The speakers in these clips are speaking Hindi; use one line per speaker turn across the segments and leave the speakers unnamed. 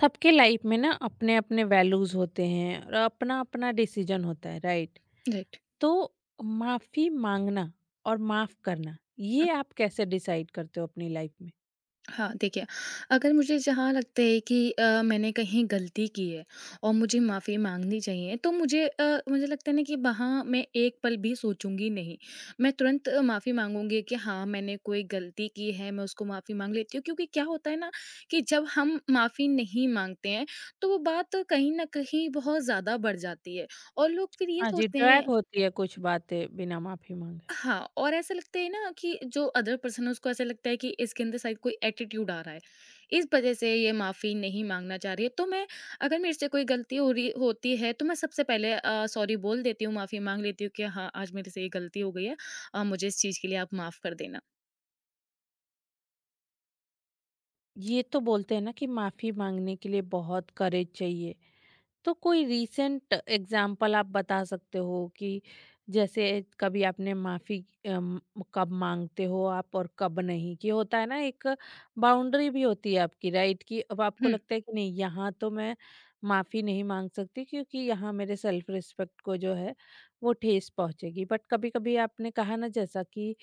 सबके लाइफ में ना अपने अपने वैल्यूज होते हैं और अपना अपना डिसीजन होता है राइट।
राइट।
तो माफी मांगना और माफ करना ये आप कैसे डिसाइड करते हो अपनी लाइफ में?
हाँ, देखिए, अगर मुझे जहाँ लगता है कि मैंने कहीं गलती की है और मुझे माफ़ी माँगनी चाहिए, तो मुझे लगता है ना कि वहाँ मैं एक पल भी सोचूँगी नहीं। मैं तुरंत माफ़ी माँगूँगी कि हाँ, मैंने कोई गलती की है, मैं उसको माफ़ी माँग लेती हूँ। क्योंकि क्या होता है ना कि जब हम माफ़ी नहीं माँगते हैं, तो वो बात कहीं न कहीं बहुत ज़्यादा बढ़ जाती है और लोग फिर ये
हाँ जी,
सोचते
ड्रैग
हैं।
होती है कुछ बातें बिना माफी मांगे।
हाँ, और ऐसा लगता है ना कि जो अदर पर्सन है उसको ऐसा लगता है कि इसके अंदर शायद कोई एटीट्यूड आ रहा है। इस वजह से ये माफ़ी नहीं माँगना चाह रही है। तो मैं अगर मेरे से कोई गलती हो रही होती है तो मैं सबसे पहले सॉरी बोल देती हूँ, माफ़ी माँग लेती हूँ कि हाँ, आज मेरे से ये गलती हो गई है। मुझे इस चीज़ के लिए आप माफ़ कर देना।
ये तो बोलते हैं ना कि माफी मांगने के लिए बहुत करेज चाहिए। तो कोई रीसेंट एग्जाम्पल आप बता सकते हो कि जैसे कभी आपने माफी अम, कब मांगते हो आप और कब नहीं? कि होता है ना एक बाउंड्री भी होती है आपकी, राइट? कि अब आपको
हुँ।
लगता है कि नहीं, यहाँ तो मैं माफी नहीं मांग सकती क्योंकि यहाँ मेरे सेल्फ रिस्पेक्ट को जो है वो ठेस पहुंचेगी। बट कभी कभी आपने कहा ना जैसा कि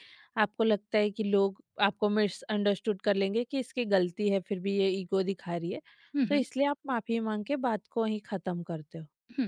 आपको लगता है कि लोग आपको मिसअंडरस्टूड कर लेंगे कि इसकी गलती है फिर भी ये ईगो दिखा रही है,
हुँ,
तो
हुँ।
इसलिए आप माफ़ी माँग के बात को वहीं ख़त्म करते हो।
हुँ।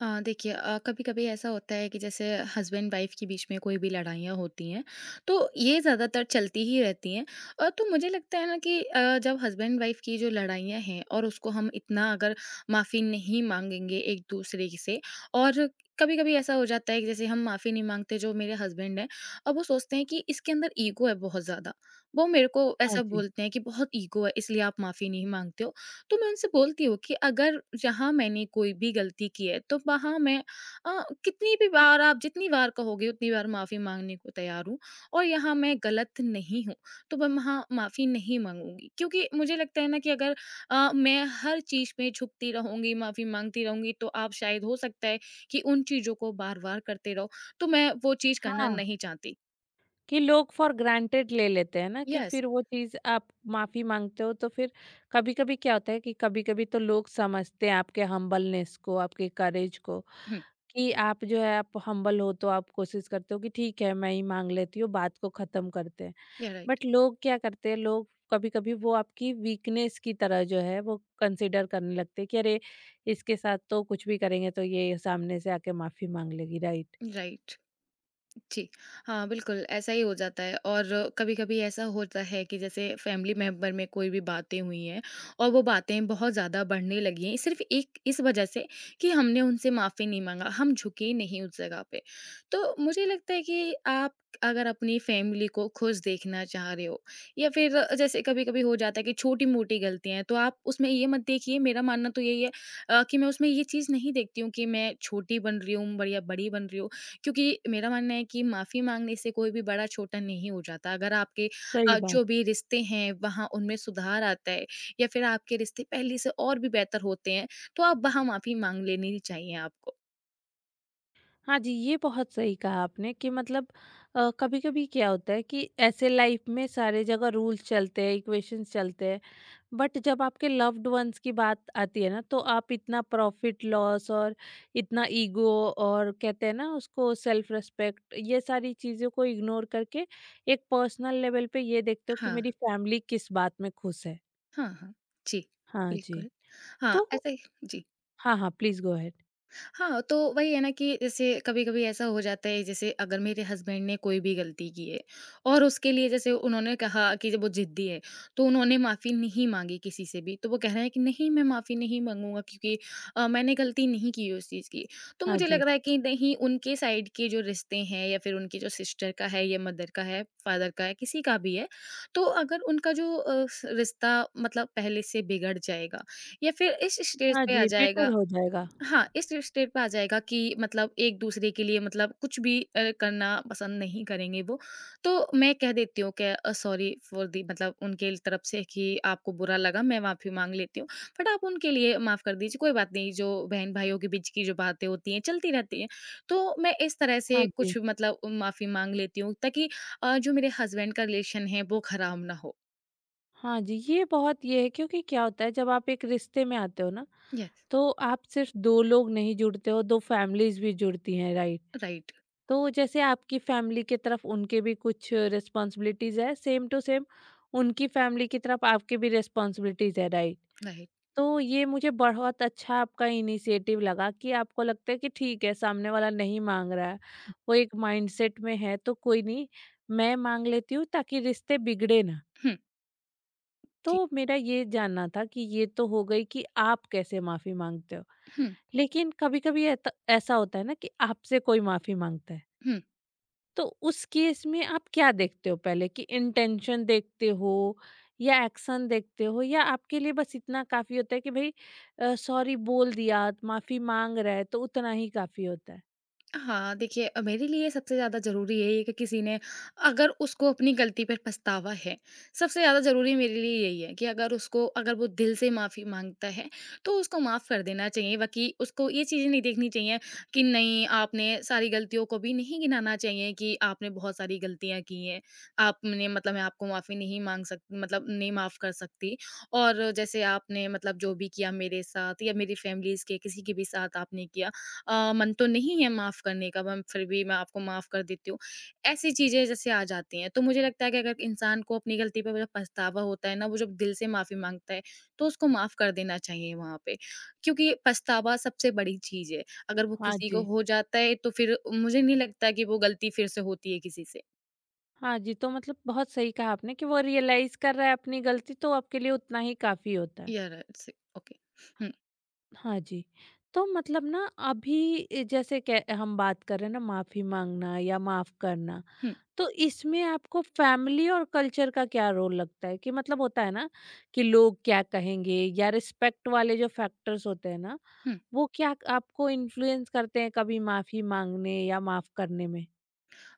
देखिए कभी-कभी ऐसा होता है कि जैसे हस्बैंड वाइफ़ के बीच में कोई भी लड़ाइयाँ होती हैं, तो ये ज़्यादातर चलती ही रहती हैं। तो मुझे लगता है ना कि जब हस्बैंड वाइफ़ की जो लड़ाइयाँ हैं और उसको हम इतना अगर माफ़ी नहीं माँगेंगे एक-दूसरे से और कभी-कभी ऐसा हो जाता है कि जैसे हम माफ़ी नहीं माँगते, जो मेरे हस्बैंड हैं, अब वो सोचते हैं कि इसके अंदर ईगो है बहुत ज़्यादा। वो मेरे को
हाँ
ऐसा
जी।
बोलते हैं कि बहुत ईगो है, इसलिए आप माफ़ी नहीं माँगते हो। तो मैं उनसे बोलती हूँ कि अगर जहाँ मैंने कोई भी गलती की है तो वहाँ मैं कितनी भी बार आप जितनी बार कहोगे उतनी बार माफ़ी मांगने को तैयार हूँ, और यहाँ मैं गलत नहीं हूँ, तो मैं वहाँ माफ़ी नहीं मांगूंगी, क्योंकि मुझे लगता है ना कि अगर मैं हर चीज़ में झुकती रहूंगी, माफ़ी मांगती रहूंगी, तो आप शायद हो सकता है कि उन चीज़ों को बार बार करते रहो, तो मैं वो चीज़ करना
हाँ,
नहीं चाहती।
कि लोग फॉर ग्रांटेड ले लेते हैं ना कि
यस।
फिर वो चीज़ आप माफ़ी माँगते हो तो फिर कभी-कभी क्या होता है कि कभी-कभी तो लोग समझते हैं आपके हम्बलनेस को, आपके करेज को,
हम्म।
कि आप जो है आप हम्बल हो तो आप कोशिश करते हो कि ठीक है, मैं ही माँग लेती हूँ, बात को ख़त्म करते हैं।
या राइट।
बट लोग क्या करते हैं, लोग कभी-कभी वो आपकी वीकनेस की तरह जो है वो कंसीडर करने लगते हैं कि अरे इसके साथ तो कुछ भी करेंगे तो ये सामने से आके माफी मांग लेगी, राइट?
राइट। जी। हाँ, बिल्कुल, ऐसा ही हो जाता है, और कभी-कभी ऐसा होता है कि जैसे फैमिली मेंबर में कोई भी बातें हुई हैं और वो बातें बहुत ज़्यादा बढ़ने लगी हैं, सिर्फ़ एक इस वजह से कि हमने उनसे माफ़ी नहीं माँगा, हम झुके नहीं उस जगह पे। तो मुझे लगता है कि आप अगर अपनी फैमिली को खुश देखना चाह रहे हो, या फिर जैसे कभी-कभी हो जाता है कि छोटी-मोटी गलतियाँ हैं, तो आप उसमें ये मत देखिए, मेरा मानना तो यही है कि मैं उसमें ये चीज़ नहीं देखती हूँ कि मैं छोटी बन रही हूँ ब या बड़ी बन रही हूँ। क्योंकि मेरा मानना है कि माफ़ी माँगने से कोई भी बड़ा छोटा नहीं हो जाता। अगर आपके
सही बात।
जो भी रिश्ते हैं वहाँ उनमें सुधार आता है या फिर आपके रिश्ते पहले से और भी बेहतर होते हैं, तो आप वहाँ माफ़ी माँग लेनी चाहिए आपको।
हाँ जी, ये बहुत सही कहा आपने कि मतलब कभी कभी क्या होता है कि ऐसे लाइफ में सारे जगह रूल्स चलते हैं, इक्वेशंस चलते हैं। बट जब आपके लव्ड वंस की बात आती है ना, तो आप इतना प्रॉफिट लॉस और इतना ईगो और कहते हैं ना उसको सेल्फ रिस्पेक्ट, ये सारी चीज़ों को इग्नोर करके एक पर्सनल लेवल पे ये देखते हो कि
हाँ,
मेरी फैमिली किस बात में खुश है।
हाँ, हाँ। जी,
हाँ जी।
बिल्कुल। हाँ,
तो
ऐसा ही। जी।
हाँ हाँ, प्लीज गो अहेड।
हाँ, तो वही है ना कि जैसे कभी-कभी ऐसा हो जाता है, जैसे अगर मेरे हस्बैंड ने कोई भी गलती की है और उसके लिए जैसे उन्होंने कहा कि जब वो ज़िद्दी है, तो उन्होंने माफ़ी नहीं माँगी किसी से भी, तो वो कह रहे हैं कि नहीं, मैं माफ़ी नहीं माँगूँगा क्योंकि मैंने गलती नहीं की है उस चीज़ की। तो
हाँ
मुझे लग
जी।
रहा है कि नहीं, उनके साइड के जो रिश्ते हैं या फिर उनकी जो सिस्टर का है, या मदर का है, फादर का है, किसी का भी है, तो अगर उनका जो अ, स रिश्ता, मतलब पहले से बिगड़ जाएगा या फिर इस स्टेज
हाँ
पे आ
जी,
जाएगा,
बेटर हो जाएगा।
हाँ, इस स्टेट पे आ जाएगा कि मतलब एक-दूसरे के लिए, मतलब कुछ भी करना पसंद नहीं करेंगे वो। तो मैं कह देती हूँ कि सॉरी फॉर दी, मतलब उनके तरफ से कि आपको बुरा लगा, मैं माफ़ी माँग लेती हूँ। बट आप उनके लिए माफ़ कर दीजिए, कोई बात नहीं, जो बहन-भाइयों के बीच की जो बातें होती हैं, चलती रहती हैं। तो मैं इस तरह से
हाँ जी।
कुछ, मतलब माफ़ी माँग लेती हूँ, ताकि जो मेरे हस्बैंड का रिलेशन है, वो खराब ना हो।
हाँ जी, ये बहुत ये है क्योंकि क्या होता है जब आप एक रिश्ते में आते हो ना,
यस,
तो आप सिर्फ दो लोग नहीं जुड़ते हो, दो फैमिलीज भी जुड़ती हैं, राइट?
राइट,
तो जैसे आपकी फैमिली की तरफ उनके भी कुछ रिस्पॉन्सिबिलिटीज है, सेम टू सेम उनकी फैमिली की तरफ आपके भी रिस्पॉन्सिबिलिटीज है, राइट?
राइट।
तो ये मुझे बहुत अच्छा आपका इनिशिएटिव लगा कि आपको लगता है कि ठीक है, सामने वाला नहीं मांग रहा है, वो एक माइंडसेट में है तो कोई नहीं, मैं मांग लेती हूँ ताकि रिश्ते बिगड़े ना।
हुँ, जी।
तो मेरा ये जानना था कि ये तो हो गई कि आप कैसे माफी मांगते हो,
हुँ,
लेकिन कभी कभी ऐसा होता है ना कि आपसे कोई माफी मांगता है,
हुँ।
तो उस केस में आप क्या देखते हो पहले? कि इंटेंशन देखते हो या एक्शन देखते हो, या आपके लिए बस इतना काफी होता है कि भाई सॉरी बोल दिया, माफी मांग रहा है तो उतना ही काफी होता है?
हाँ, देखिए मेरे लिए सबसे ज़्यादा ज़रूरी यही है कि किसी ने, अगर उसको अपनी गलती पर पछतावा है, सबसे ज़्यादा ज़रूरी मेरे लिए यही है कि अगर वो दिल से माफ़ी माँगता है, तो उसको माफ़ कर देना चाहिए। बाकी उसको ये चीज़ें नहीं देखनी चाहिए कि नहीं, आपने सारी गलतियों को भी नहीं गिनाना चाहिए कि आपने बहुत सारी गलतियाँ की हैं। आपने, मतलब मैं आपको माफ़ी नहीं माँग सक मतलब नहीं माफ़ कर सकती, और जैसे आपने, मतलब जो भी किया मेरे साथ या मेरी फैमिलीज़ के किसी के भी साथ आपने किया, मन तो नहीं है माफ़ करने का, पर फिर भी मैं आपको माफ़ कर देती हूँ। ऐसी चीज़ें जैसे आ जाती हैं, तो मुझे लगता है कि अगर इंसान को अपनी गलती पे जब पछतावा होता है ना, वो जब दिल से माफ़ी माँगता है, तो उसको माफ़ कर देना चाहिए वहाँ पे। क्योंकि पछतावा सबसे बड़ी चीज़ है। अगर वो
हाँ
किसी को
जी।
हो जाता है, तो फिर मुझे नहीं लगता कि वो गलती फिर से होती है किसी से।
हाँ जी, तो मतलब बहुत सही कहा आपने कि वो रियलाइज कर रहा है अपनी गलती तो आपके लिए उतना ही काफी होता है।
या राइट से ओके। हुँ,
हाँ जी। तो मतलब ना अभी जैसे हम बात कर रहे हैं ना, माफी मांगना या माफ करना,
हुँ,
तो इसमें आपको फैमिली और कल्चर का क्या रोल लगता है? कि मतलब होता है ना कि लोग क्या कहेंगे, या रिस्पेक्ट वाले जो फैक्टर्स होते हैं ना,
हुँ।
वो क्या आपको इन्फ्लुएंस करते हैं कभी माफी मांगने या माफ करने में?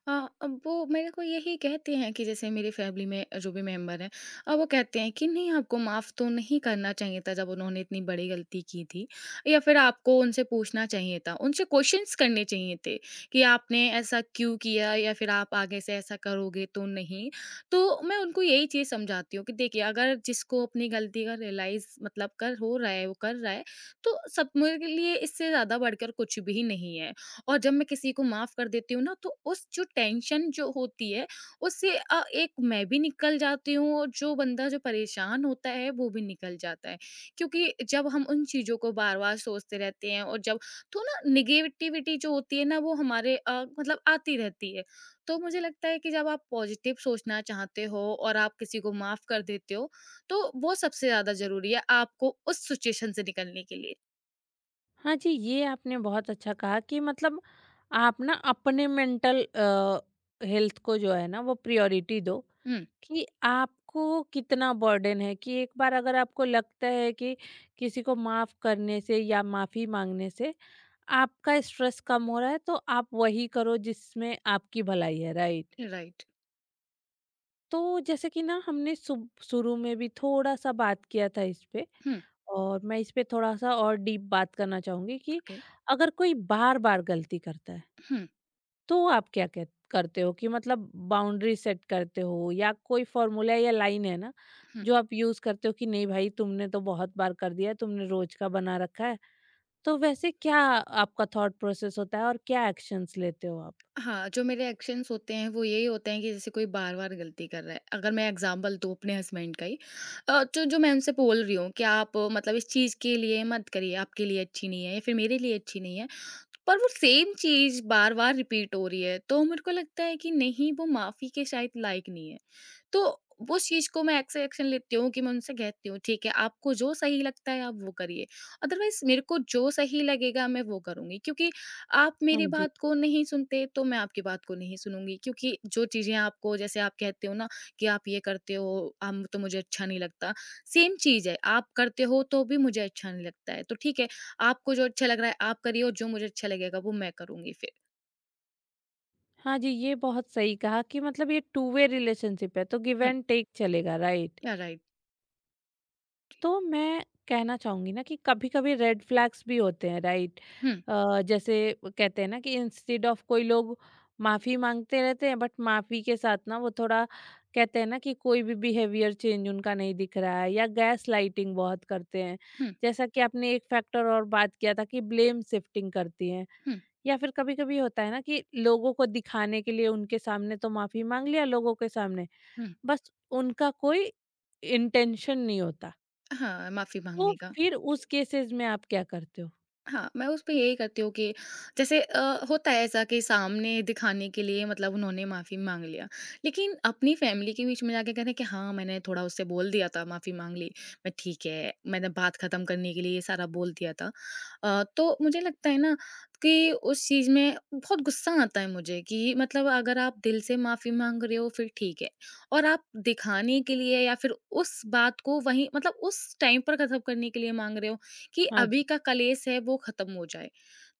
हाँ, अब वो मेरे को यही कहते हैं कि जैसे मेरी फैमिली में जो भी मेंबर हैं, वो कहते हैं कि नहीं, आपको माफ़ तो नहीं करना चाहिए था जब उन्होंने इतनी बड़ी गलती की थी, या फिर आपको उनसे पूछना चाहिए था, उनसे क्वेश्चंस करने चाहिए थे कि आपने ऐसा क्यों किया, या फिर आप आगे से ऐसा करोगे तो नहीं। तो मैं उनको यही चीज़ समझाती हूँ कि देखिए, अगर जिसको अपनी गलती का रियलाइज, मतलब कर हो रहा है, वो कर रहा है, तो सब मेरे लिए इससे ज़्यादा बढ़कर कुछ भी नहीं है। और जब मैं किसी को माफ़ कर देती हूँ ना, तो उस जो टेंशन जो होती है, उससे एक मैं भी निकल जाती हूँ और जो बंदा जो परेशान होता है वो भी निकल जाता है। क्योंकि जब हम उन चीज़ों को बार-बार सोचते रहते हैं, और जब तो ना नेगेटिविटी जो होती है ना, वो हमारे मतलब आती रहती है। तो मुझे लगता है कि जब आप पॉज़िटिव सोचना चाहते हो और आप किसी को माफ़ कर देते हो, तो वो सबसे ज़्यादा ज़रूरी है आपको उस सिचुएशन से निकलने के लिए।
हाँ जी, ये आपने बहुत अच्छा कहा कि मतलब आप ना अपने मेंटल हेल्थ को जो है ना वो प्रायोरिटी दो।
हुँ,
कि आपको कितना बर्डन है, कि एक बार अगर आपको लगता है कि किसी को माफ करने से या माफी मांगने से आपका स्ट्रेस कम हो रहा है, तो आप वही करो जिसमें आपकी भलाई है, राइट?
राइट।
तो जैसे कि ना हमने शुरू में भी थोड़ा सा बात किया था इस पे,
हुँ,
और मैं इस पे थोड़ा सा और डीप बात करना चाहूंगी कि
ओके।
अगर कोई बार बार गलती करता है
हुँ,
तो आप करते हो कि मतलब बाउंड्री सेट करते हो, या कोई फॉर्मूला या लाइन है ना
हुँ।
जो आप यूज करते हो कि नहीं भाई तुमने तो बहुत बार कर दिया, तुमने रोज का बना रखा है? तो वैसे क्या आपका थॉट प्रोसेस होता है और क्या एक्शंस लेते हो आप?
हाँ, जो मेरे एक्शंस होते हैं वो यही होते हैं कि जैसे कोई बार-बार गलती कर रहा है। अगर मैं एग्ज़ाम्पल दूँ अपने हस्बैंड का ही, तो जो मैं उनसे बोल रही हूँ कि आप, मतलब इस चीज़ के लिए मत करिए, आपके लिए अच्छी नहीं है या फिर मेरे लिए अच्छी नहीं है। पर वो सेम चीज़ बार-बार रिपीट हो रही है, तो मेरे को लगता है कि नहीं, वो माफ़ी के शायद लायक नहीं है। तो उस चीज़ को मैं ऐसे एक्शन लेती हूँ कि मैं उनसे कहती हूँ, ठीक है, आपको जो सही लगता है आप वो करिए, अदरवाइज मेरे को जो सही लगेगा मैं वो करूँगी, क्योंकि आप
हाँ
मेरी
जी।
बात को नहीं सुनते तो मैं आपकी बात को नहीं सुनूंगी, क्योंकि जो चीज़ें आपको, जैसे आप कहते हो ना कि आप ये करते हो हम, तो मुझे अच्छा नहीं लगता, सेम चीज़ है आप करते हो तो भी मुझे अच्छा नहीं लगता है, तो ठीक है, आपको जो अच्छा लग रहा है आप करिए और जो मुझे अच्छा लगेगा वो मैं करूँगी फिर।
हाँ जी, ये बहुत सही कहा कि मतलब ये टू वे रिलेशनशिप है तो गिव
हुँ।
एंड टेक चलेगा, राइट।
या राइट।
तो मैं कहना चाहूँगी ना कि कभी-कभी रेड फ्लैग्स भी होते हैं, राइट।
हुँ,
जैसे कहते हैं ना कि इंस्टेड ऑफ कोई लोग माफ़ी माँगते रहते हैं बट माफ़ी के साथ ना वो थोड़ा कहते हैं ना कि कोई भी बिहेवियर चेंज उनका नहीं दिख रहा है, या गैसलाइटिंग बहुत करते हैं।
हुँ,
जैसा कि आपने एक फैक्टर और बात किया था कि ब्लेम शिफ्टिंग करती हैं।
हुँ,
या फिर कभी-कभी होता है ना कि लोगों को दिखाने के लिए उनके सामने तो माफी मांग लिया लोगों के सामने,
हुँ।
बस उनका कोई इंटेंशन नहीं होता।
हाँ, माफ़ी
तो
मांगने का।
फिर उस केसेस में आप क्या करते हो?
हाँ, मैं उसमें यही करती हूँ कि जैसे होता है ऐसा कि सामने दिखाने के लिए, मतलब उन्होंने माफ़ी माँग लिया। लेकिन अपनी फ़ैमिली के बीच में जाके कहना कि हाँ, मैंने थोड़ा उससे बोल दिया था, माफ़ी माँग ली। मैं ठीक है, मैंने बात ख़त्म करने के लिए ये सारा बोल दिया था। तो मुझे लगता है ना कि उस चीज़ में बहुत गुस्सा आता है मुझे, कि मतलब अगर आप दिल से माफ़ी माँग रहे हो, फिर ठीक है, और आप दिखाने के लिए या फिर उस बात को वहीं, मतलब उस टाइम पर ख़त्म करने के लिए माँग रहे हो, कि
हाँ जी,
अभी का क्लेश है वो खत्म हो जाए।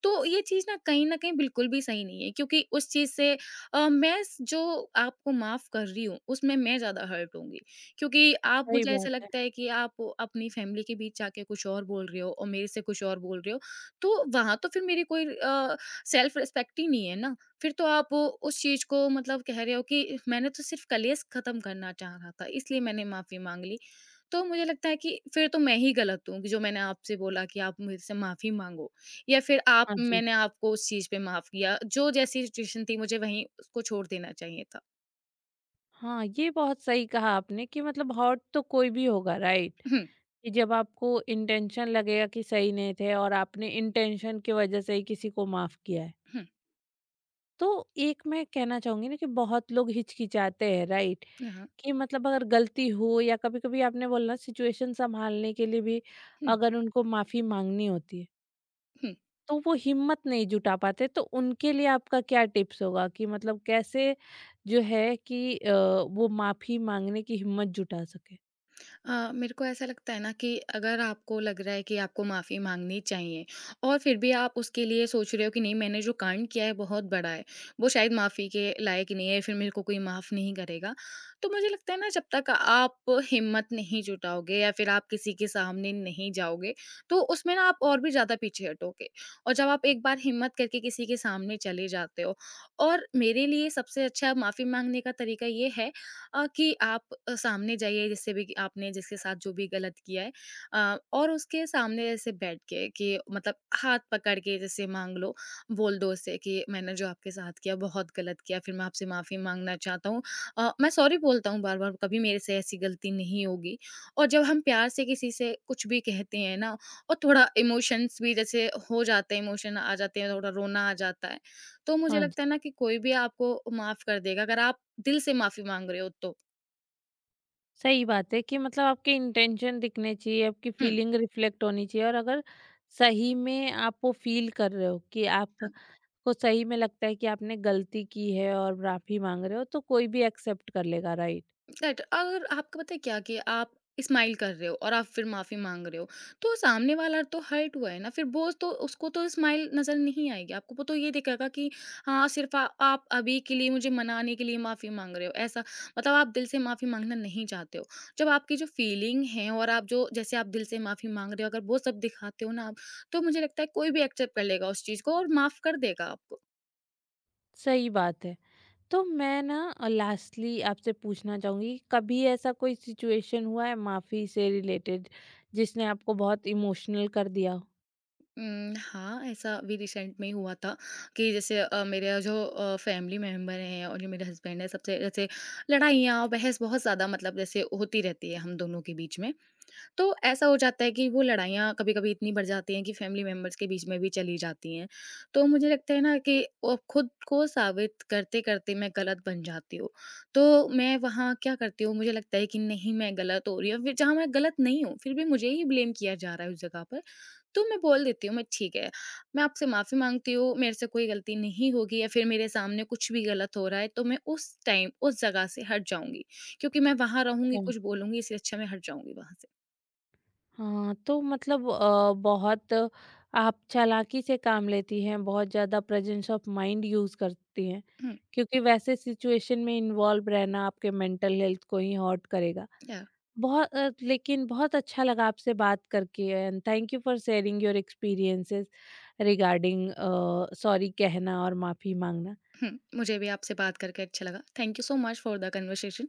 तो ये चीज़ ना कहीं न कहीं बिल्कुल भी सही नहीं है, क्योंकि उस चीज़ से मैं स जो आपको माफ़ कर रही हूँ, उसमें मैं ज़्यादा हर्ट होंगी, क्योंकि आप,
सही
मुझे ऐसा
बात है।
लगता है कि आप अपनी फ़ैमिली के बीच जाके कुछ और बोल रहे हो और मेरे से कुछ और बोल रहे हो, तो वहाँ तो फिर मेरी कोई सेल्फ रिस्पेक्ट ही नहीं है ना। फिर तो आप उस चीज़ को मतलब कह रहे हो कि मैंने तो सिर्फ़ क्लेश खत्म करना चाह रहा था, इसलिए मैंने माफ़ी माँग ली। तो मुझे लगता है कि फिर तो मैं ही गलत हूँ कि जो मैंने आपसे बोला कि आप मुझसे माफ़ी माँगो या फिर आप
हाँ जी।
मैंने आपको उस चीज़ पे माफ़ किया, जो जैसी सिचुएशन थी मुझे वहीं उसको छोड़ देना चाहिए था।
हाँ, ये बहुत सही कहा आपने कि मतलब हॉट तो कोई भी होगा, राइट?
हुँ,
कि जब आपको इंटेंशन लगेगा कि सही नहीं थे और आपने इंटेंशन की वजह से ही किसी को माफ किया है।
हुँ,
तो एक मैं कहना चाहूँगी ना कि बहुत लोग हिचकिचाते हैं, राइट?
हाँ,
कि मतलब अगर गलती हो या कभी-कभी आपने बोला ना सिचुएशन संभालने के लिए भी,
हुँ,
अगर उनको माफ़ी माँगनी होती है,
हुँ।
तो वो हिम्मत नहीं जुटा पाते। तो उनके लिए आपका क्या टिप्स होगा कि मतलब कैसे जो है कि वो माफ़ी माँगने की हिम्मत जुटा सकें?
मेरे को ऐसा लगता है ना कि अगर आपको लग रहा है कि आपको माफ़ी माँगनी चाहिए और फिर भी आप उसके लिए सोच रहे हो कि नहीं मैंने जो कांड किया है बहुत बड़ा है, वो शायद माफ़ी के लायक नहीं है, फिर मेरे को कोई माफ़ नहीं करेगा। तो मुझे लगता है ना जब तक आप हिम्मत नहीं जुटाओगे या फिर आप किसी के सामने नहीं जाओगे, तो उसमें ना आप और भी ज़्यादा पीछे हटोगे। और जब आप एक बार हिम्मत करके किसी के सामने चले जाते हो और मेरे लिए सबसे अच्छा माफ़ी माँगने का तरीका ये है कि आप सामने जाइए जिससे भी कि आपने जिसके साथ जो भी गलत किया है और उसके सामने जैसे बैठ के कि मतलब हाथ पकड़ के जैसे मांग लो। बोल दो उससे कि मैंने जो आपके साथ किया बहुत गलत किया। फिर मैं आपसे माफ़ी मांगना चाहता हूँ। मैं सॉरी बोलता हूँ बार बार, कभी मेरे से ऐसी गलती नहीं होगी। और जब हम प्यार से किसी से कुछ भी कहते हैं ना, और थोड़ा इमोशंस भी जैसे हो जाते हैं, इमोशन आ जाते हैं, थोड़ा रोना आ जाता है, तो मुझे
हाँ जी,
लगता है ना कि कोई भी आपको माफ़ कर देगा अगर आप दिल से माफ़ी मांग रहे हो तो।
सही बात है कि मतलब आपके इंटेंशन दिखने चाहिए, आपकी
हुँ,
फीलिंग रिफ्लेक्ट होनी चाहिए, और अगर सही में आप वो फ़ील कर रहे हो कि
हाँ,
आपको सही में लगता है कि आपने गलती की है और माफ़ी माँग रहे हो, तो कोई भी एक्सेप्ट कर लेगा, राइट?
राइट। अगर आपको पता है क्या कि आप स्माइल कर रहे हो और आप फिर माफ़ी माँग रहे हो, तो सामने वाला तो हर्ट हुआ है ना, फिर वो तो उसको तो स्माइल नज़र नहीं आएगी। आपको वो तो ये दिखेगा कि हाँ, सिर्फ़ आ आप अभी के लिए मुझे मनाने के लिए माफ़ी माँग रहे हो, ऐसा मतलब आप दिल से माफ़ी माँगना नहीं चाहते हो। जब आपकी जो फीलिंग है और आप जो जैसे आप दिल से माफ़ी माँग रहे हो, अगर वो सब दिखाते हो ना आप, तो मुझे लगता है कोई भी एक्सेप्ट कर लेगा उस चीज़ को और माफ़ कर देगा आपको।
सही बात है। तो मैं ना लास्टली आपसे पूछना चाहूँगी, कभी ऐसा कोई सिचुएशन हुआ है माफ़ी से रिलेटेड जिसने आपको बहुत इमोशनल कर दिया हो?
हाँ, ऐसा अभी रिसेंट में ही हुआ था कि जैसे मेरे जो फैमिली मेंबर हैं और जो मेरे हस्बैंड हैं, सबसे जैसे लड़ाइयाँ और बहस बहुत ज़्यादा मतलब जैसे होती रहती है हम दोनों के बीच में। तो ऐसा हो जाता है कि वो लड़ाइयाँ कभी-कभी इतनी बढ़ जाती हैं कि फैमिली मेंबर्स के बीच में भी चली जाती हैं। तो मुझे लगता है ना कि वो खुद को साबित करते-करते मैं गलत बन जाती हूँ। तो मैं वहाँ क्या करती हूँ, मुझे लगता है कि नहीं मैं गलत हो रही हूँ, फिर जहाँ मैं गलत नहीं हूँ, फिर भी मुझे ही ब्लेम किया जा रहा है उस जगह पर। तो मैं बोल देती हूँ, मैं ठीक है, मैं आपसे माफ़ी माँगती हूँ, मेरे से कोई गलती नहीं होगी, या फिर मेरे सामने कुछ भी गलत हो रहा है तो मैं उस टाइम, उस जगह से हट जाऊँगी। क्योंकि मैं वहाँ रहूँगी,
अच्छा।
कुछ बोलूँगी, इससे अच्छा मैं हट जाऊँगी वहाँ से।
हाँ, तो मतलब बहुत आप चालाकी से काम लेती हैं, बहुत ज़्यादा प्रेजेंस ऑफ माइंड यूज़ करती हैं,
हुँ,
क्योंकि वैसे सिचुएशन में इन्वॉल्व रहना आपके मेंटल हेल्थ को ही हर्ट करेगा।
या
बहुत लेकिन बहुत अच्छा लगा आपसे बात करके, and thank you for sharing your experiences regarding sorry कहना और माफ़ी मांगना।
हुँ, मुझे भी आपसे बात करके अच्छा लगा। Thank you so much for the conversation.